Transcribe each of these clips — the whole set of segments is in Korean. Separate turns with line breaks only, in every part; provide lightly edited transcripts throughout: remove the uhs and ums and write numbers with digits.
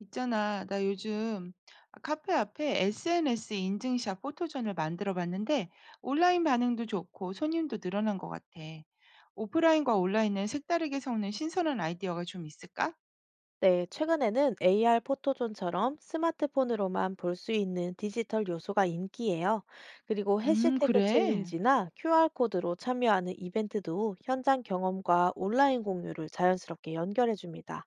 있잖아, 나 요즘 카페 앞에 SNS 인증샷 포토존을 만들어 봤는데 온라인 반응도 좋고 손님도 늘어난 것 같아. 오프라인과 온라인은 색다르게 섞는 신선한 아이디어가 좀 있을까?
네, 최근에는 AR 포토존처럼 스마트폰으로만 볼 수 있는 디지털 요소가 인기예요. 그리고 해시태그
그래.
챌린지나 QR코드로 참여하는 이벤트도 현장 경험과 온라인 공유를 자연스럽게 연결해 줍니다.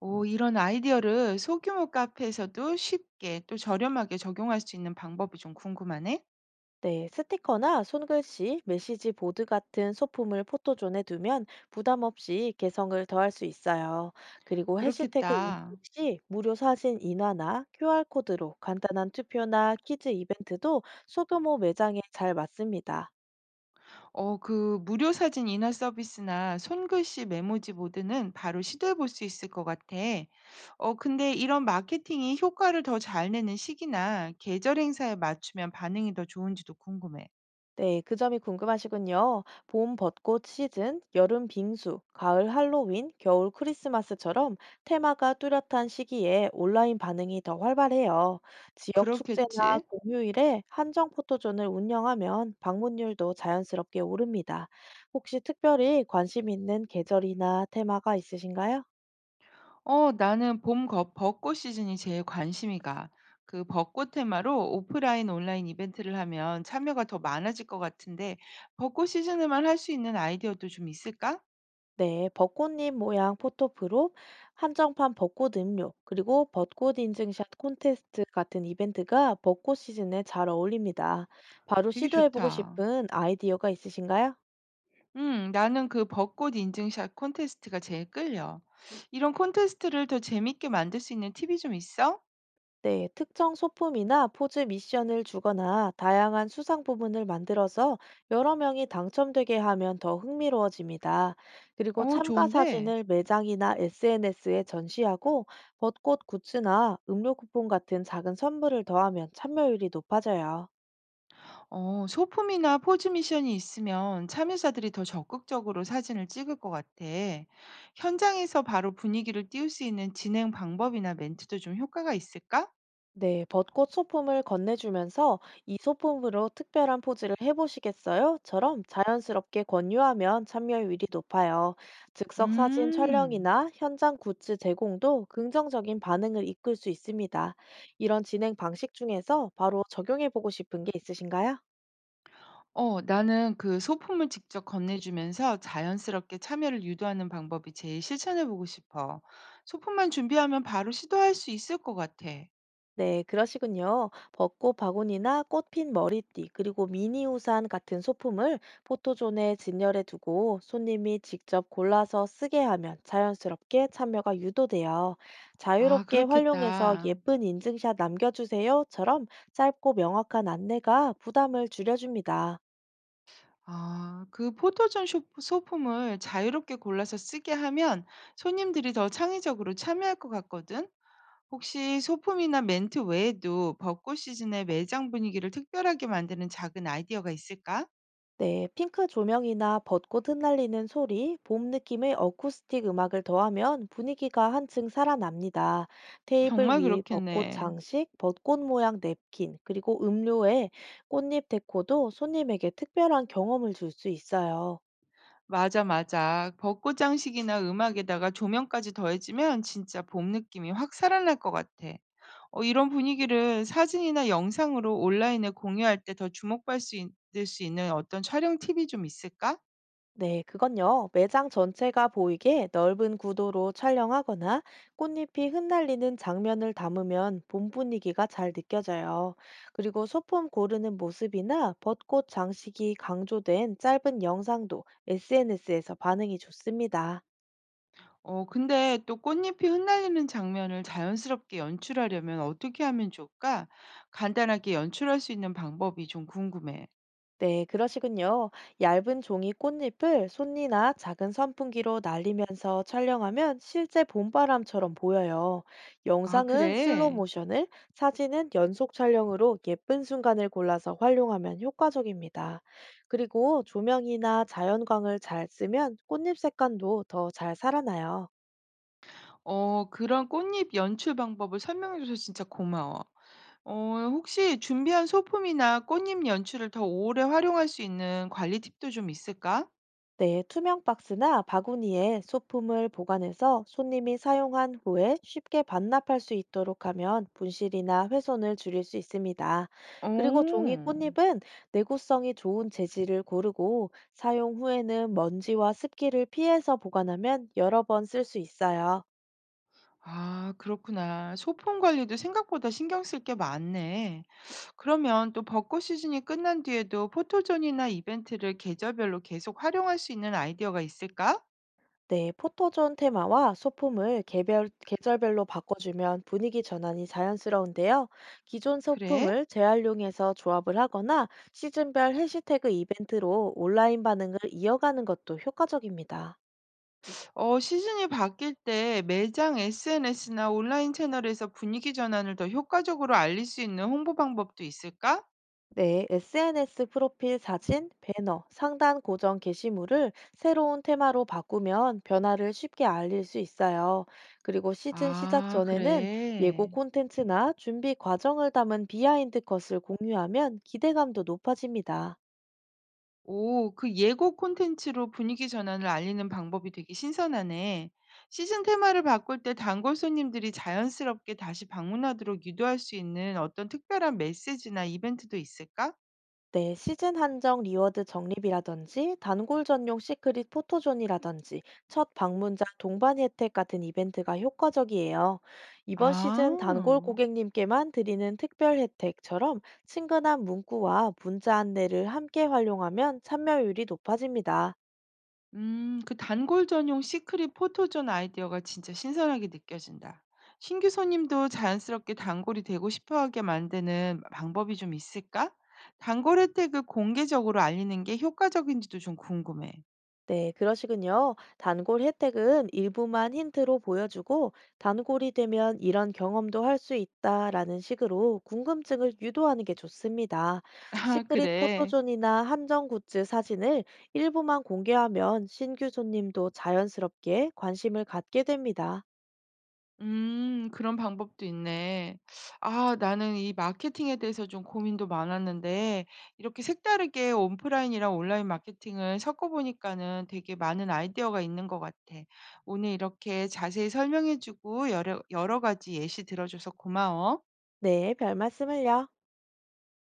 오, 이런 아이디어를 소규모 카페에서도 쉽게 또 저렴하게 적용할 수 있는 방법이 좀 궁금하네.
네, 스티커나 손글씨, 메시지 보드 같은 소품을 포토존에 두면 부담 없이 개성을 더할 수 있어요. 그리고 해시태그 인증
그렇겠다.
시 무료 사진 인화나 QR코드로 간단한 투표나 퀴즈 이벤트도 소규모 매장에 잘 맞습니다.
어 그 무료 사진 인화 서비스나 손글씨 메모지 모드는 바로 시도해 볼 수 있을 것 같아. 어 근데 이런 마케팅이 효과를 더 잘 내는 시기나 계절 행사에 맞추면 반응이 더 좋은지도 궁금해.
네, 그 점이 궁금하시군요. 봄 벚꽃 시즌, 여름 빙수, 가을 할로윈, 겨울 크리스마스처럼 테마가 뚜렷한 시기에 온라인 반응이 더 활발해요. 지역 축제나
그렇겠지?
공휴일에 한정 포토존을 운영하면 방문율도 자연스럽게 오릅니다. 혹시 특별히 관심 있는 계절이나 테마가 있으신가요?
어 나는 벚꽃 시즌이 제일 관심이 가. 그 벚꽃 테마로 오프라인 온라인 이벤트를 하면 참여가 더 많아질 것 같은데 벚꽃 시즌에만 할 수 있는 아이디어도 좀 있을까?
네, 벚꽃잎 모양 포토프롭, 한정판 벚꽃 음료, 그리고 벚꽃 인증샷 콘테스트 같은 이벤트가 벚꽃 시즌에 잘 어울립니다. 바로
되게
시도해보고
좋다.
싶은 아이디어가 있으신가요?
나는 그 벚꽃 인증샷 콘테스트가 제일 끌려. 이런 콘테스트를 더 재밌게 만들 수 있는 팁이 좀 있어?
네, 특정 소품이나 포즈 미션을 주거나 다양한 수상 부문을 만들어서 여러 명이 당첨되게 하면 더 흥미로워집니다. 그리고
어,
참가
좋은데.
사진을 매장이나 SNS에 전시하고 벚꽃 굿즈나 음료 쿠폰 같은 작은 선물을 더하면 참여율이 높아져요.
어, 소품이나 포즈 미션이 있으면 참여자들이 더 적극적으로 사진을 찍을 것 같아. 현장에서 바로 분위기를 띄울 수 있는 진행 방법이나 멘트도 좀 효과가 있을까?
네, 벚꽃 소품을 건네주면서 "이 소품으로 특별한 포즈를 해보시겠어요?"처럼 자연스럽게 권유하면 참여율이 높아요. 즉석 사진
음.
촬영이나 현장 굿즈 제공도 긍정적인 반응을 이끌 수 있습니다. 이런 진행 방식 중에서 바로 적용해보고 싶은 게 있으신가요?
어 나는 그 소품을 직접 건네주면서 자연스럽게 참여를 유도하는 방법이 제일 실천해 보고 싶어. 소품만 준비하면 바로 시도할 수 있을 것 같아.
네, 그러시군요. 벚꽃 바구니나 꽃핀 머리띠, 그리고 미니 우산 같은 소품을 포토존에 진열해 두고 손님이 직접 골라서 쓰게 하면 자연스럽게 참여가 유도돼요.
아,
"자유롭게 활용해서
그렇겠다.
예쁜 인증샷 남겨주세요처럼 짧고 명확한 안내가 부담을 줄여줍니다.
아, 그 소품을 자유롭게 골라서 쓰게 하면 손님들이 더 창의적으로 참여할 것 같거든. 혹시 소품이나 멘트 외에도 벚꽃 시즌의 매장 분위기를 특별하게 만드는 작은 아이디어가 있을까?
네, 핑크 조명이나 벚꽃 흩날리는 소리, 봄 느낌의 어쿠스틱 음악을 더하면 분위기가 한층 살아납니다. 테이블
정말
위에 벚꽃
그렇겠네.
장식, 벚꽃 모양 냅킨, 그리고 음료에 꽃잎 데코도 손님에게 특별한 경험을 줄 수 있어요.
맞아, 맞아. 벚꽃 장식이나 음악에다가 조명까지 더해지면 진짜 봄 느낌이 확 살아날 것 같아. 어, 이런 분위기를 사진이나 영상으로 온라인에 공유할 때 더 주목받을 을수 있는 어떤 촬영 팁이 좀 있을까?
네, 그건요. 매장 전체가 보이게 넓은 구도로 촬영하거나 꽃잎이 흩날리는 장면을 담으면 봄 분위기가 잘 느껴져요. 그리고 소품 고르는 모습이나 벚꽃 장식이 강조된 짧은 영상도 SNS에서 반응이 좋습니다.
어, 근데 또 꽃잎이 흩날리는 장면을 자연스럽게 연출하려면 어떻게 하면 좋을까? 간단하게 연출할 수 있는 방법이 좀 궁금해.
네, 그러시군요. 얇은 종이 꽃잎을 손이나 작은 선풍기로 날리면서 촬영하면 실제 봄바람처럼 보여요.
아,
영상은 슬로우
그래?
모션을, 사진은 연속 촬영으로 예쁜 순간을 골라서 활용하면 효과적입니다. 그리고 조명이나 자연광을 잘 쓰면 꽃잎 색감도 더 잘 살아나요.
어, 그런 꽃잎 연출 방법을 설명해줘서 진짜 고마워. 어 혹시 준비한 소품이나 꽃잎 연출을 더 오래 활용할 수 있는 관리 팁도 좀 있을까?
네, 투명 박스나 바구니에 소품을 보관해서 손님이 사용한 후에 쉽게 반납할 수 있도록 하면 분실이나 훼손을 줄일 수 있습니다. 그리고 종이
오.
꽃잎은 내구성이 좋은 재질을 고르고 사용 후에는 먼지와 습기를 피해서 보관하면 여러 번 쓸 수 있어요.
아 그렇구나. 소품 관리도 생각보다 신경 쓸 게 많네. 그러면 또 벚꽃 시즌이 끝난 뒤에도 포토존이나 이벤트를 계절별로 계속 활용할 수 있는 아이디어가 있을까?
네, 포토존 테마와 소품을 개별, 계절별로 바꿔주면 분위기 전환이 자연스러운데요. 기존
그래?
소품을 재활용해서 조합을 하거나 시즌별 해시태그 이벤트로 온라인 반응을 이어가는 것도 효과적입니다.
어 시즌이 바뀔 때 매장 SNS나 온라인 채널에서 분위기 전환을 더 효과적으로 알릴 수 있는 홍보 방법도 있을까?
네, SNS 프로필 사진, 배너, 상단 고정 게시물을 새로운 테마로 바꾸면 변화를 쉽게 알릴 수 있어요. 그리고 시즌 시작
아
전에는 예고
그래.
콘텐츠나 준비 과정을 담은 비하인드 컷을 공유하면 기대감도 높아집니다.
오, 그 예고 콘텐츠로 분위기 전환을 알리는 방법이 되게 신선하네. 시즌 테마를 바꿀 때 단골 손님들이 자연스럽게 다시 방문하도록 유도할 수 있는 어떤 특별한 메시지나 이벤트도 있을까?
네, 시즌 한정 리워드 적립이라든지 단골 전용 시크릿 포토존이라든지 첫 방문자 동반 혜택 같은 이벤트가 효과적이에요. "이번 시즌 단골
아,
고객님께만 드리는 특별 혜택처럼 친근한 문구와 문자 안내를 함께 활용하면 참여율이 높아집니다.
그 단골 전용 시크릿 포토존 아이디어가 진짜 신선하게 느껴진다. 신규 손님도 자연스럽게 단골이 되고 싶어 하게 만드는 방법이 좀 있을까? 단골 혜택을 공개적으로 알리는 게 효과적인지도 좀 궁금해.
네, 그러시군요. 단골 혜택은 일부만 힌트로 보여주고, "단골이 되면 이런 경험도 할 수 있다라는 식으로 궁금증을 유도하는 게 좋습니다.
아
시크릿
그래.
포토존이나 한정 굿즈 사진을 일부만 공개하면 신규 손님도 자연스럽게 관심을 갖게 됩니다.
그런 방법도 있네. 아 나는 이 마케팅에 대해서 좀 고민도 많았는데 이렇게 색다르게 오프라인이랑 온라인 마케팅을 섞어 보니까는 되게 많은 아이디어가 있는 것 같아. 오늘 이렇게 자세히 설명해 주고 여러 가지 예시 들어줘서 고마워.
네, 별 말씀을요.